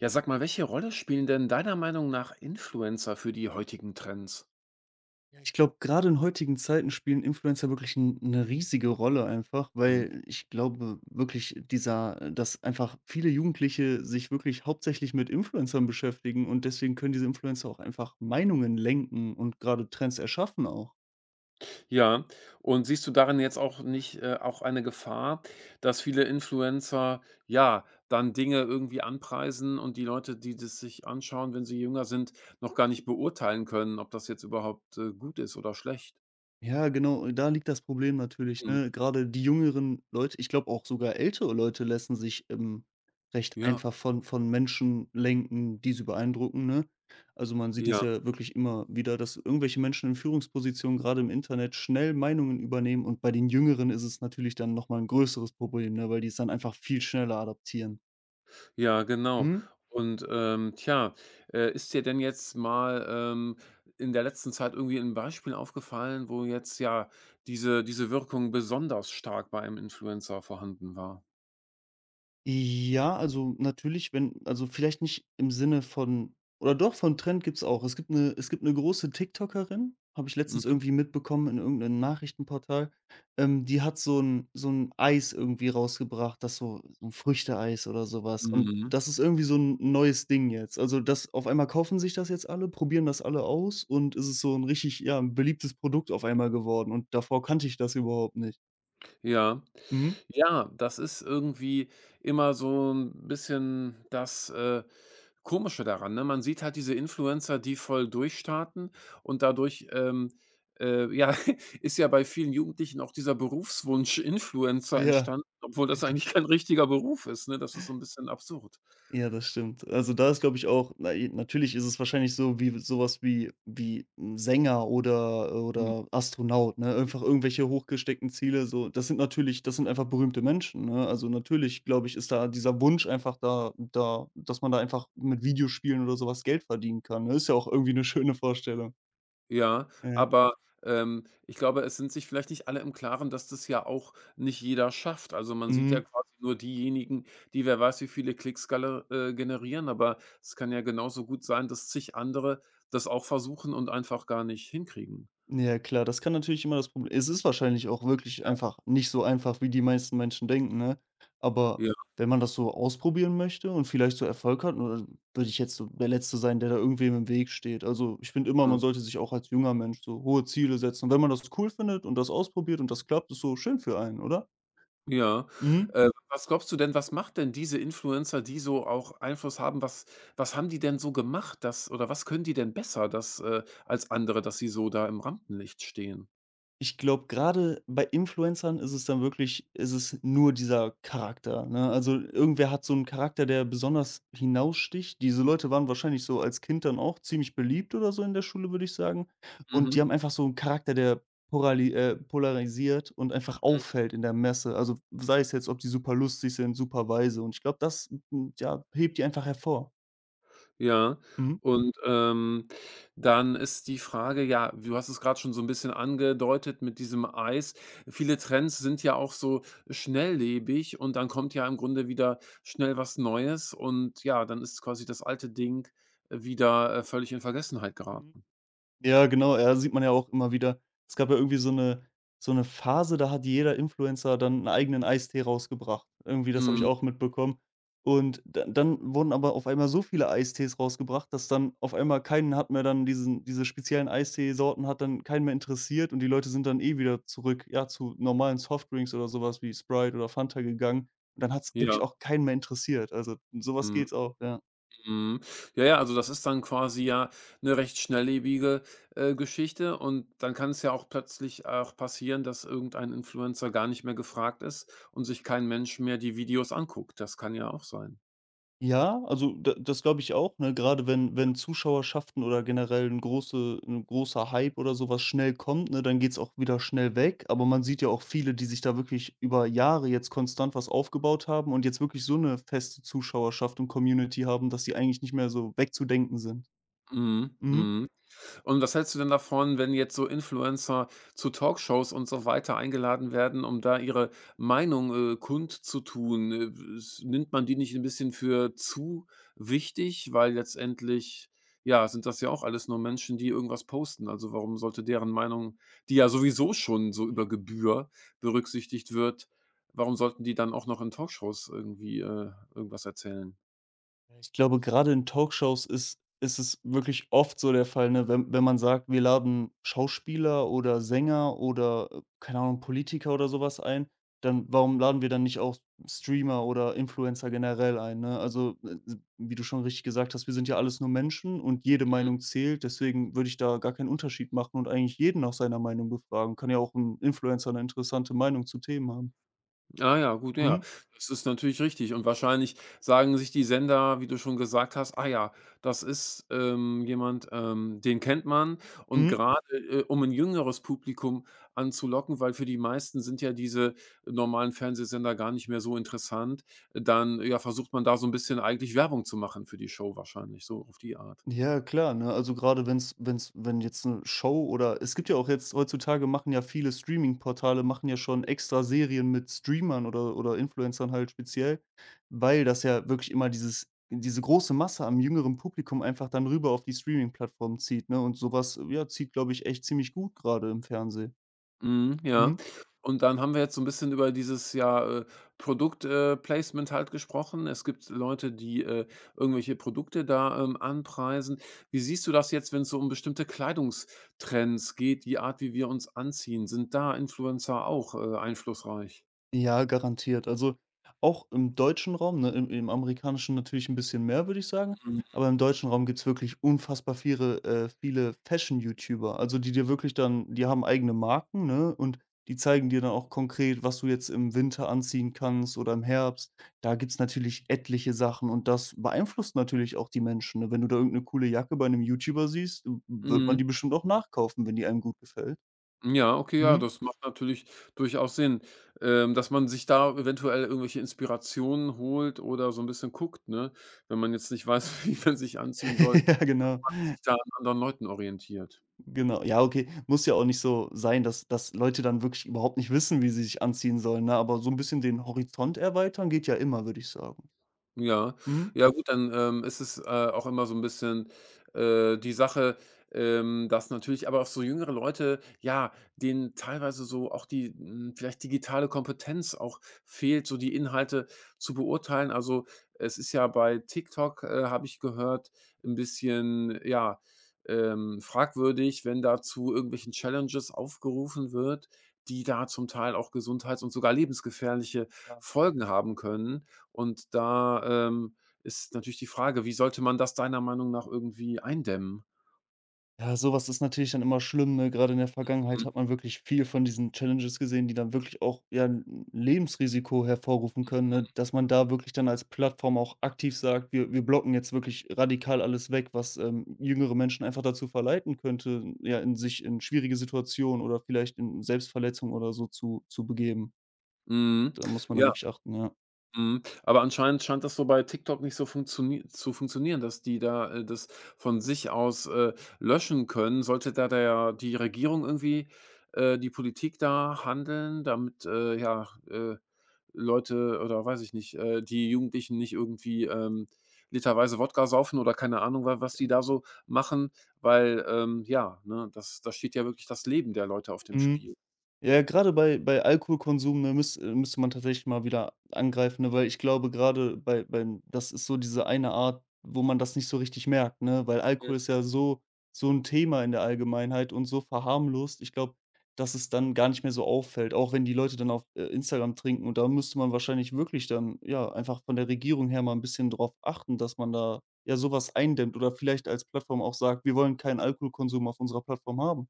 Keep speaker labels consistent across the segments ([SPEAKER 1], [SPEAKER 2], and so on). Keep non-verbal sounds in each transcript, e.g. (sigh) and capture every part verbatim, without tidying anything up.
[SPEAKER 1] Ja, sag mal, welche Rolle spielen denn deiner Meinung nach Influencer für die heutigen Trends?
[SPEAKER 2] Ja, ich glaube, gerade in heutigen Zeiten spielen Influencer wirklich 'n 'ne riesige Rolle einfach,
[SPEAKER 1] Mhm.
[SPEAKER 2] weil ich glaube wirklich dieser äh, dass einfach viele Jugendliche sich wirklich hauptsächlich mit Influencern beschäftigen und deswegen können diese Influencer auch einfach Meinungen lenken und gerade Trends erschaffen auch.
[SPEAKER 1] Ja, und siehst du darin jetzt auch nicht äh, auch eine Gefahr, dass viele Influencer, ja, dann Dinge irgendwie anpreisen und die Leute, die das sich anschauen, wenn sie jünger sind, noch gar nicht beurteilen können, ob das jetzt überhaupt, äh, gut ist oder schlecht?
[SPEAKER 2] Ja, genau, da liegt das Problem natürlich,
[SPEAKER 1] Mhm.
[SPEAKER 2] ne? Gerade die jüngeren Leute ich glaube auch sogar ältere Leute lassen sich, ähm, recht
[SPEAKER 1] Ja,
[SPEAKER 2] einfach von von Menschen lenken, die sie beeindrucken, ne? Also, man sieht das
[SPEAKER 1] ja.
[SPEAKER 2] ja wirklich immer wieder, dass irgendwelche Menschen in Führungspositionen, gerade im Internet, schnell Meinungen übernehmen und bei den Jüngeren ist es natürlich dann noch mal 'n größeres Problem, ne, weil die es dann einfach viel schneller adaptieren.
[SPEAKER 1] Ja, genau.
[SPEAKER 2] Mhm.
[SPEAKER 1] Und, ähm, tja, äh, ist dir denn jetzt mal, ähm, in der letzten Zeit irgendwie ein Beispiel aufgefallen, wo jetzt, ja, diese diese Wirkung besonders stark bei einem Influencer vorhanden war?
[SPEAKER 2] Ja, also natürlich, wenn also vielleicht nicht im Sinne von oder doch, von Trend gibt's auch. Es gibt eine, es gibt eine große TikTokerin, habe ich letztens
[SPEAKER 1] Mhm.
[SPEAKER 2] irgendwie mitbekommen in irgendeinem Nachrichtenportal, ähm, die hat so ein so ein Eis irgendwie rausgebracht, das so so 'n Früchteeis oder sowas. Und
[SPEAKER 1] Mhm.
[SPEAKER 2] das ist irgendwie so ein neues Ding jetzt. Also, das auf einmal kaufen sich das jetzt alle, probieren das alle aus und ist es ist so ein richtig, ja, 'n beliebtes Produkt auf einmal geworden und davor kannte ich das überhaupt nicht.
[SPEAKER 1] Ja.
[SPEAKER 2] Mhm.
[SPEAKER 1] Ja, das ist irgendwie immer so ein bisschen das, äh, Komische daran, ne? Man sieht halt diese Influencer, die voll durchstarten und dadurch, ähm, äh, ja, (laughs) ist ja bei vielen Jugendlichen auch dieser Berufswunsch Influencer
[SPEAKER 2] Ja.
[SPEAKER 1] entstanden, obwohl das eigentlich kein richtiger Beruf ist, ne? Das ist so ein bisschen absurd.
[SPEAKER 2] Ja, das stimmt. Also, da ist, glaube ich, auch na i natürlich ist es wahrscheinlich so wie sowas wie wie 'n Sänger oder oder Astronaut, ne? Einfach irgendwelche hochgesteckten Ziele so. Das sind natürlich das sind einfach berühmte Menschen, ne? Also, natürlich, glaube ich, ist da dieser Wunsch einfach da da dass man da einfach mit Videospielen oder sowas Geld verdienen kann, ne? Ist ja auch irgendwie eine schöne Vorstellung.
[SPEAKER 1] Ja,
[SPEAKER 2] Ja.
[SPEAKER 1] aber, ähm, ich glaube, es sind sich vielleicht nicht alle im Klaren, dass das ja auch nicht jeder schafft. Also, man sieht ja
[SPEAKER 2] Mhm.
[SPEAKER 1] quasi nur diejenigen, die wer weiß wie viele Klicks gale äh, generieren, aber es kann ja genauso gut sein, dass zig andere das auch versuchen und einfach gar nicht hinkriegen.
[SPEAKER 2] Ja klar, das kann natürlich immer das Problem. Es ist wahrscheinlich auch wirklich einfach nicht so einfach, wie die meisten Menschen denken, ne? Aber
[SPEAKER 1] Ja,
[SPEAKER 2] wenn man das so ausprobieren möchte und vielleicht so Erfolg hat, ne, würde ich jetzt so der Letzte sein, der da irgendwem im Weg steht. Also, ich finde immer, man sollte sich auch als junger Mensch so hohe Ziele setzen. Und wenn man das cool findet und das ausprobiert und das klappt, ist so schön für einen, oder?
[SPEAKER 1] ja.
[SPEAKER 2] Mhm.
[SPEAKER 1] Äh, was glaubst du denn, was macht denn diese Influencer, die so auch Einfluss haben was was haben die denn so gemacht, dass oder was können die denn besser, dass äh, als andere, dass sie so da im Rampenlicht stehen?
[SPEAKER 2] Ich glaube, gerade bei Influencern ist es dann wirklich ist es nur dieser Charakter, ne? Also, irgendwer hat so einen Charakter, der besonders hinaussticht. Diese Leute waren wahrscheinlich so als Kind dann auch ziemlich beliebt oder so in der Schule, würde ich sagen. Und
[SPEAKER 1] Mhm,
[SPEAKER 2] die haben einfach so einen Charakter, der porali äh, polarisiert und einfach
[SPEAKER 1] mhm.
[SPEAKER 2] auffällt in der Messe. Also, sei es jetzt, ob die super lustig sind, super weise und ich glaube, das, hm, ja, hebt die einfach hervor.
[SPEAKER 1] Ja, und, ähm, dann ist die Frage ja, du hast es gerade schon so ein bisschen angedeutet mit diesem Eis. Viele Trends sind ja auch so schnelllebig und dann kommt ja im Grunde wieder schnell was Neues und ja, dann ist quasi das alte Ding wieder, äh, völlig in Vergessenheit
[SPEAKER 2] Mhm.
[SPEAKER 1] geraten.
[SPEAKER 2] Ja, genau, ja, sieht man ja auch immer wieder. Es gab ja irgendwie so 'ne so 'ne Phase, da hat jeder Influencer dann 'n eigenen Eistee rausgebracht. Irgendwie, das habe ich
[SPEAKER 1] Mhm.
[SPEAKER 2] auch mitbekommen. Und da dann wurden aber auf einmal so viele Eistees rausgebracht, dass dann auf einmal keinen hat mehr dann diesen diese speziellen Eisteesorten hat dann keinen mehr interessiert und die Leute sind dann eh wieder zurück, ja, zu normalen Softdrinks oder so was wie Sprite oder Fanta gegangen. Und dann hat's wirklich
[SPEAKER 1] Ja.
[SPEAKER 2] auch keinen mehr interessiert. Also, um so was
[SPEAKER 1] Mhm.
[SPEAKER 2] geht's auch, ja.
[SPEAKER 1] Mhm. Ja, ja, also das ist dann quasi ja eine recht schnelllebige, äh, Geschichte und dann kann es ja auch plötzlich auch passieren, dass irgendein Influencer gar nicht mehr gefragt ist und sich kein Mensch mehr die Videos anguckt. Das kann ja auch sein.
[SPEAKER 2] Ja, also da das glaube ich auch, ne? Gerade wenn wenn Zuschauerschaften oder generell ein große 'n großer Hype oder sowas schnell kommt, ne, dann geht's auch wieder schnell weg. Aber man sieht ja auch viele, die sich da wirklich über Jahre jetzt konstant was aufgebaut haben und jetzt wirklich so eine feste Zuschauerschaft und Community haben, dass sie eigentlich nicht mehr so wegzudenken sind.
[SPEAKER 1] Mhm,
[SPEAKER 2] Mhm.
[SPEAKER 1] mhm. Und was hältst du denn davon, wenn jetzt so Influencer zu Talkshows und so weiter eingeladen werden, um da ihre Meinung, äh, kundzutun? Äh, s nimmt man die nicht ein bisschen für zu wichtig? Weil letztendlich, ja, sind das ja auch alles nur Menschen, die irgendwas posten. Also, warum sollte deren Meinung, die ja sowieso schon so über Gebühr berücksichtigt wird warum sollten die dann auch noch in Talkshows irgendwie, äh, irgendwas erzählen?
[SPEAKER 2] Ich glaube, gerade in Talkshows ist ist es wirklich oft so der Fall, ne, wenn wenn man sagt, wir laden Schauspieler oder Sänger oder, äh, keine Ahnung, Politiker oder sowas ein, dann warum laden wir dann nicht auch Streamer oder Influencer generell ein, ne? Also, äh, wie du schon richtig gesagt hast, wir sind ja alles nur Menschen und jede Meinung zählt, deswegen würde ich da gar keinen Unterschied machen und eigentlich jeden nach seiner Meinung befragen. Kann ja auch ein Influencer eine interessante Meinung zu Themen haben.
[SPEAKER 1] Ah ja, gut, ja.
[SPEAKER 2] Mhm.
[SPEAKER 1] Das ist natürlich richtig und wahrscheinlich sagen sich die Sender, wie du schon gesagt hast: „Ah ja, das ist, ähm, jemand, ähm, den kennt man.“ Und
[SPEAKER 2] Mhm.
[SPEAKER 1] gerade äh, um ein jüngeres Publikum anzulocken, weil für die meisten sind ja diese normalen Fernsehsender gar nicht mehr so interessant, dann, ja, versucht man da so ein bisschen eigentlich Werbung zu machen für die Show wahrscheinlich, so auf die Art.
[SPEAKER 2] Ja, klar, ne? Also gerade wenn's wenn's wenn jetzt 'ne Show oder es gibt ja auch jetzt heutzutage machen ja viele Streaming-Portale machen ja schon extra Serien mit Streamern oder oder Influencern halt speziell, weil das ja wirklich immer dieses diese große Masse am jüngeren Publikum einfach dann rüber auf die streaming plattform zieht, ne? Und sowas ja, zieht, glaube ich, echt ziemlich gut gerade im Fernsehen.
[SPEAKER 1] Mhm, ja.
[SPEAKER 2] Mhm.
[SPEAKER 1] Und dann haben wir jetzt so ein bisschen über dieses, ja, äh, Produkt äh, Placement halt gesprochen. Es gibt Leute, die, äh, irgendwelche Produkte da, ähm, anpreisen. Wie siehst du das jetzt, wenn es so um bestimmte Kleidungstrends geht, die Art, wie wir uns anziehen? Sind da Influencer auch, äh, einflussreich?
[SPEAKER 2] Ja, garantiert. Also, auch im deutschen Raum, ne, im im amerikanischen natürlich ein bisschen mehr, würde ich sagen,
[SPEAKER 1] Mhm,
[SPEAKER 2] aber im deutschen Raum gibt's wirklich unfassbar viele, äh, viele Fashion-YouTuber, also, die dir wirklich dann die haben eigene Marken, ne, und die zeigen dir dann auch konkret, was du jetzt im Winter anziehen kannst oder im Herbst. Da gibt's natürlich etliche Sachen und das beeinflusst natürlich auch die Menschen, ne? Wenn du da irgendeine coole Jacke bei einem YouTuber siehst, wird
[SPEAKER 1] mhm.
[SPEAKER 2] man die bestimmt auch nachkaufen, wenn die einem gut gefällt.
[SPEAKER 1] Ja, okay, ja,
[SPEAKER 2] Mhm.
[SPEAKER 1] das macht natürlich durchaus Sinn, ähm, dass man sich da eventuell irgendwelche Inspirationen holt oder so ein bisschen guckt, ne? Wenn man jetzt nicht weiß, (laughs) wie man sich anziehen soll.
[SPEAKER 2] (laughs) Ja, genau.
[SPEAKER 1] Sich da an anderen Leuten orientiert.
[SPEAKER 2] Genau, ja, okay. Muss ja auch nicht so sein, dass dass Leute dann wirklich überhaupt nicht wissen, wie sie sich anziehen sollen, ne? Aber so ein bisschen den Horizont erweitern geht ja immer, würde ich sagen.
[SPEAKER 1] Ja.
[SPEAKER 2] Mhm.
[SPEAKER 1] Ja gut, dann, ähm, ist es, äh, auch immer so ein bisschen, äh, die Sache, ähm, dass natürlich aber auch so jüngere Leute, ja, denen teilweise so auch die, hm, vielleicht digitale Kompetenz auch fehlt, so die Inhalte zu beurteilen. Also, es ist ja bei TikTok, äh, habe ich gehört, ein bisschen, ja, ähm, fragwürdig, wenn dazu irgendwelchen Challenges aufgerufen wird, die da zum Teil auch gesundheits und sogar lebensgefährliche Folgen haben können. Und da, ähm, ist natürlich die Frage, wie sollte man das deiner Meinung nach irgendwie eindämmen?
[SPEAKER 2] Ja, sowas ist natürlich dann immer schlimm, ne? Grade in der Vergangenheit hat man wirklich viel von diesen Challenges gesehen, die dann wirklich auch, ja, 'n Lebensrisiko hervorrufen können, ne? Dass man da wirklich dann als Plattform auch aktiv sagt: „Wir wir blocken jetzt wirklich radikal alles weg“, was, ähm, jüngere Menschen einfach dazu verleiten könnte, ja, in sich in schwierige Situationen oder vielleicht in Selbstverletzung oder so zu zu begeben.
[SPEAKER 1] Mhm.
[SPEAKER 2] Da muss man dann
[SPEAKER 1] Ja.
[SPEAKER 2] wirklich achten, ja.
[SPEAKER 1] Mhm. Aber anscheinend scheint das so bei TikTok nicht so funktioni zu funktionieren, dass die da, äh, das von sich aus, äh, löschen können. Sollte da der die Regierung irgendwie äh, die Politik da handeln, damit, äh, ja, äh, Leute oder weiß ich nicht, äh, die Jugendlichen nicht irgendwie, ähm, literweise Wodka saufen oder keine Ahnung, wa was die da so machen, weil, ähm, ja, ne, das da steht ja wirklich das Leben der Leute auf dem
[SPEAKER 2] Mhm.
[SPEAKER 1] Spiel.
[SPEAKER 2] Ja, gerade bei bei Alkoholkonsum, ne, müsst äh, müsste man tatsächlich mal wieder angreifen, ne, weil ich glaube, gerade bei beim das ist so diese eine Art, wo man das nicht so richtig merkt, ne, weil Alkohol ist ja so so ein Thema in der Allgemeinheit und so verharmlost. Ich glaube, dass es dann gar nicht mehr so auffällt, auch wenn die Leute dann auf, äh, Instagram trinken und da müsste man wahrscheinlich wirklich dann, ja, einfach von der Regierung her mal ein bisschen drauf achten, dass man da, ja, sowas eindämmt oder vielleicht als Plattform auch sagt: „Wir wollen keinen Alkoholkonsum auf unserer Plattform haben.“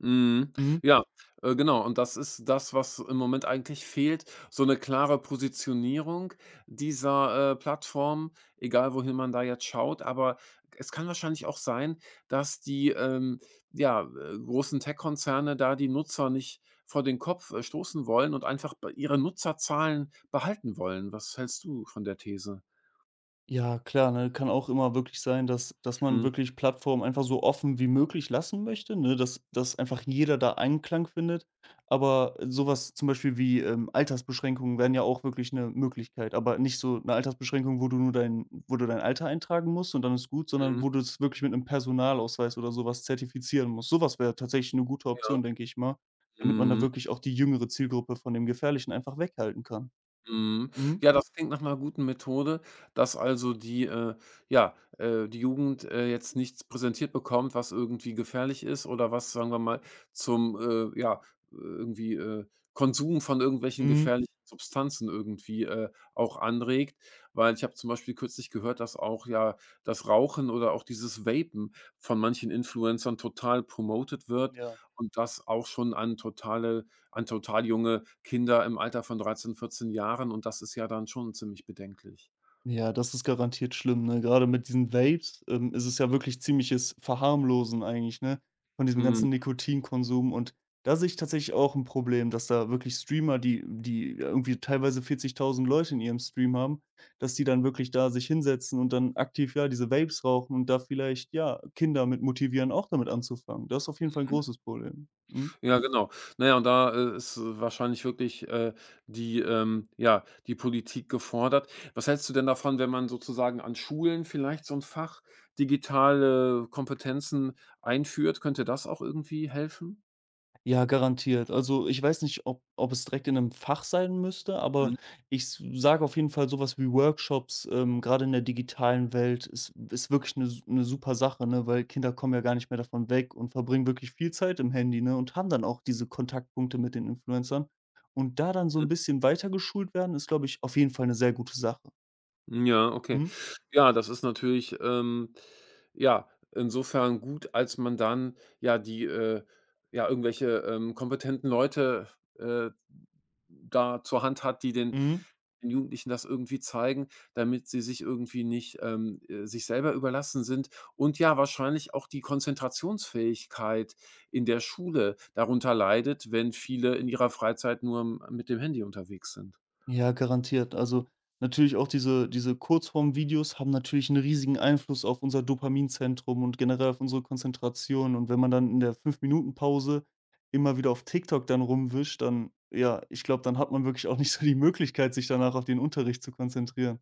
[SPEAKER 1] Mhm.
[SPEAKER 2] Mhm.
[SPEAKER 1] Ja, äh, genau. Und das ist das, was im Moment eigentlich fehlt. So eine klare Positionierung dieser, äh, Plattform, egal wohin man da jetzt schaut. Aber es kann wahrscheinlich auch sein, dass die, ähm, ja, äh, großen Tech-Konzerne da die Nutzer nicht vor den Kopf, äh, stoßen wollen und einfach bei ihre Nutzerzahlen behalten wollen. Was hältst du von der These?
[SPEAKER 2] Ja, klar, ne? Kann auch immer wirklich sein, dass dass man
[SPEAKER 1] Mhm,
[SPEAKER 2] wirklich Plattformen einfach so offen wie möglich lassen möchte, ne? Dass dass einfach jeder da Einklang findet. Aber sowas zum Beispiel wie, ähm, Altersbeschränkungen wären ja auch wirklich eine Möglichkeit, aber nicht so eine Altersbeschränkung, wo du nur dein wo du dein Alter eintragen musst und dann ist gut, sondern
[SPEAKER 1] mhm,
[SPEAKER 2] wo du es wirklich mit einem Personalausweis oder sowas zertifizieren musst. Sowas wäre tatsächlich eine gute
[SPEAKER 1] ja,
[SPEAKER 2] Option, denke ich mal, damit man da
[SPEAKER 1] mhm.
[SPEAKER 2] wirklich auch die jüngere Zielgruppe von dem Gefährlichen einfach weghalten kann.
[SPEAKER 1] Mhm.
[SPEAKER 2] Mhm,
[SPEAKER 1] Ja, das klingt nach einer guten Methode, dass also die, äh ja, äh, die Jugend, äh, jetzt nichts präsentiert bekommt, was irgendwie gefährlich ist oder was, sagen wir mal, zum, äh, ja, irgendwie, äh, Konsum von irgendwelchen
[SPEAKER 2] mhm,
[SPEAKER 1] gefährlichen Substanzen irgendwie, äh, auch anregt. Weil ich habe zum Beispiel kürzlich gehört, dass auch ja das Rauchen oder auch dieses Vapen von manchen Influencern total promotet wird
[SPEAKER 2] ja.
[SPEAKER 1] und das auch schon an totale an total junge Kinder im Alter von dreizehn, vierzehn Jahren und das ist ja dann schon ziemlich bedenklich.
[SPEAKER 2] Ja, das ist garantiert schlimm, ne? Gerade mit diesen Vapes, ähm, ist es ja wirklich ziemliches Verharmlosen eigentlich, ne, von diesem
[SPEAKER 1] Mhm.
[SPEAKER 2] ganzen Nikotinkonsum. Und da sehe ich tatsächlich auch ein Problem, dass da wirklich Streamer, die die irgendwie teilweise vierzigtausend Leute in ihrem Stream haben, dass die dann wirklich da sich hinsetzen und dann aktiv, ja, diese Vapes rauchen und da vielleicht, ja, Kinder mit motivieren, auch damit anzufangen. Das ist auf jeden Fall ein großes Problem. Mhm.
[SPEAKER 1] Ja, genau. Na ja, und da, äh, ist äh, wahrscheinlich wirklich, äh, die, ähm ja, die Politik gefordert. Was hältst du denn davon, wenn man sozusagen an Schulen vielleicht so ein Fach digitale Kompetenzen einführt? Könnte das auch irgendwie helfen?
[SPEAKER 2] Ja, garantiert. Also, ich weiß nicht, ob ob es direkt in einem Fach sein müsste, aber
[SPEAKER 1] Mhm.
[SPEAKER 2] ich sage auf jeden Fall sowas wie Workshops, ähm, grade in der digitalen Welt ist ist wirklich eine eine super Sache, ne, weil Kinder kommen ja gar nicht mehr davon weg und verbringen wirklich viel Zeit im Handy, ne, und haben dann auch diese Kontaktpunkte mit den Influencern. Und da dann so ein bisschen weiter geschult werden, ist, glaube ich, auf jeden Fall eine sehr gute Sache.
[SPEAKER 1] Ja, okay.
[SPEAKER 2] Mhm.
[SPEAKER 1] Ja, das ist natürlich, ähm, ja, insofern gut, als man dann ja die, äh ja, irgendwelche, ähm, kompetenten Leute, äh, da zur Hand hat, die den
[SPEAKER 2] Mhm.
[SPEAKER 1] den Jugendlichen das irgendwie zeigen, damit sie sich irgendwie nicht, ähm, äh, sich selber überlassen sind und ja wahrscheinlich auch die Konzentrationsfähigkeit in der Schule darunter leidet, wenn viele in ihrer Freizeit nur m mit dem Handy unterwegs sind.
[SPEAKER 2] Ja, garantiert. Also, natürlich auch diese diese Kurzform-Videos haben natürlich einen riesigen Einfluss auf unser Dopaminzentrum und generell auf unsere Konzentration. Und wenn man dann in der Fünf-Minuten-Pause immer wieder auf TikTok dann rumwischt, dann ja, ich glaube, dann hat man wirklich auch nicht so die Möglichkeit, sich danach auf den Unterricht zu konzentrieren.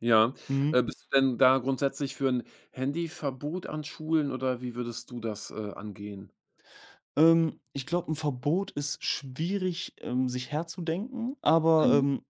[SPEAKER 1] Ja.
[SPEAKER 2] Mhm.
[SPEAKER 1] Äh, bist du denn da grundsätzlich für ein Handyverbot an Schulen oder wie würdest du das, äh, angehen?
[SPEAKER 2] Ähm, ich glaube, ein Verbot ist schwierig, ähm, sich herzudenken, aber,
[SPEAKER 1] Mhm.
[SPEAKER 2] ähm,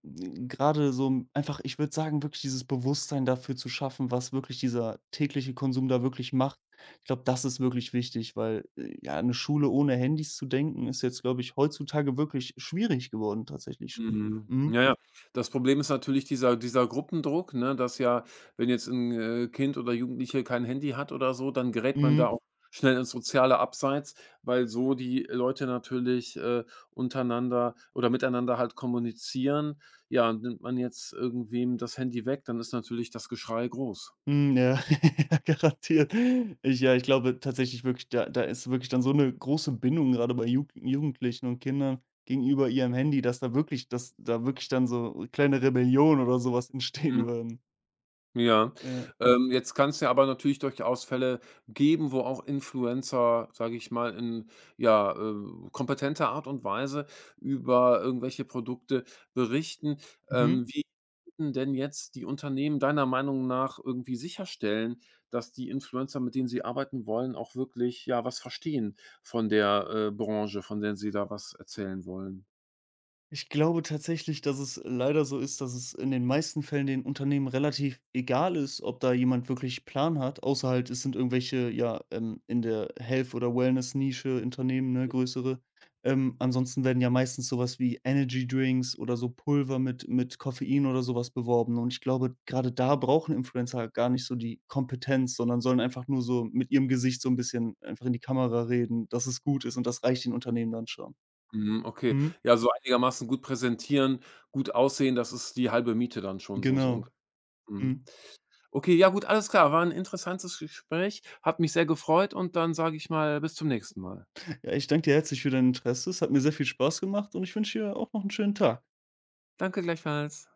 [SPEAKER 2] grade so 'n einfach ich würde sagen, wirklich dieses Bewusstsein dafür zu schaffen, was wirklich dieser tägliche Konsum da wirklich macht. Ich glaube, das ist wirklich wichtig, weil, äh, ja, eine Schule ohne Handys zu denken, ist jetzt, glaube ich, heutzutage wirklich schwierig geworden tatsächlich.
[SPEAKER 1] Mhm.
[SPEAKER 2] Mhm,
[SPEAKER 1] Ja, ja. Das Problem ist natürlich dieser dieser Gruppendruck, ne, dass ja, wenn jetzt ein äh, Kind oder Jugendliche kein Handy hat oder so, dann gerät man da
[SPEAKER 2] mhm.
[SPEAKER 1] auch schnell ins soziale Abseits, weil so die Leute natürlich, äh, untereinander oder miteinander halt kommunizieren. Ja, nimmt man jetzt irgendwem das Handy weg, dann ist natürlich das Geschrei groß.
[SPEAKER 2] Hm, ja, (laughs) ja, garantiert. Ich ja, ich glaube tatsächlich wirklich, da da ist wirklich dann so eine große Bindung gerade bei Jugend Jugendlichen und Kindern gegenüber ihrem Handy, dass da wirklich dass da wirklich dann so kleine Rebellionen oder sowas (laughs) entstehen würden.
[SPEAKER 1] Ja,
[SPEAKER 2] Ja.
[SPEAKER 1] ähm, jetzt kann's ja aber natürlich durchaus Fälle geben, wo auch Influencer, sage ich mal, in, ja, äh, kompetenter Art und Weise über irgendwelche Produkte berichten.
[SPEAKER 2] Mhm.
[SPEAKER 1] Ähm, wie könnten denn jetzt die Unternehmen deiner Meinung nach irgendwie sicherstellen, dass die Influencer, mit denen sie arbeiten wollen, auch wirklich, ja, was verstehen von der, äh, Branche, von der sie da was erzählen wollen?
[SPEAKER 2] Ich glaube tatsächlich, dass es leider so ist, dass es in den meisten Fällen den Unternehmen relativ egal ist, ob da jemand wirklich Plan hat, außer halt, es sind irgendwelche, ja, ähm, in der Health- oder Wellness-Nische Unternehmen, ne, größere. Ähm, ansonsten werden ja meistens sowas wie Energy-Drinks oder so Pulver mit mit Koffein oder sowas beworben und ich glaube, gerade da brauchen Influencer gar nicht so die Kompetenz, sondern sollen einfach nur so mit ihrem Gesicht so ein bisschen einfach in die Kamera reden, dass es gut ist und das reicht den Unternehmen dann schon.
[SPEAKER 1] Mhm, okay.
[SPEAKER 2] Mhm,
[SPEAKER 1] Ja, so einigermaßen gut präsentieren, gut aussehen, das ist die halbe Miete dann schon so so
[SPEAKER 2] genau.
[SPEAKER 1] Mhm.
[SPEAKER 2] Mhm.
[SPEAKER 1] Okay, ja gut, alles klar. War ein interessantes Gespräch, hat mich sehr gefreut und dann sage ich mal, bis zum nächsten Mal.
[SPEAKER 2] Ja, ich danke dir herzlich für dein Interesse. Es hat mir sehr viel Spaß gemacht und ich wünsche dir auch noch einen schönen Tag.
[SPEAKER 1] Danke gleichfalls.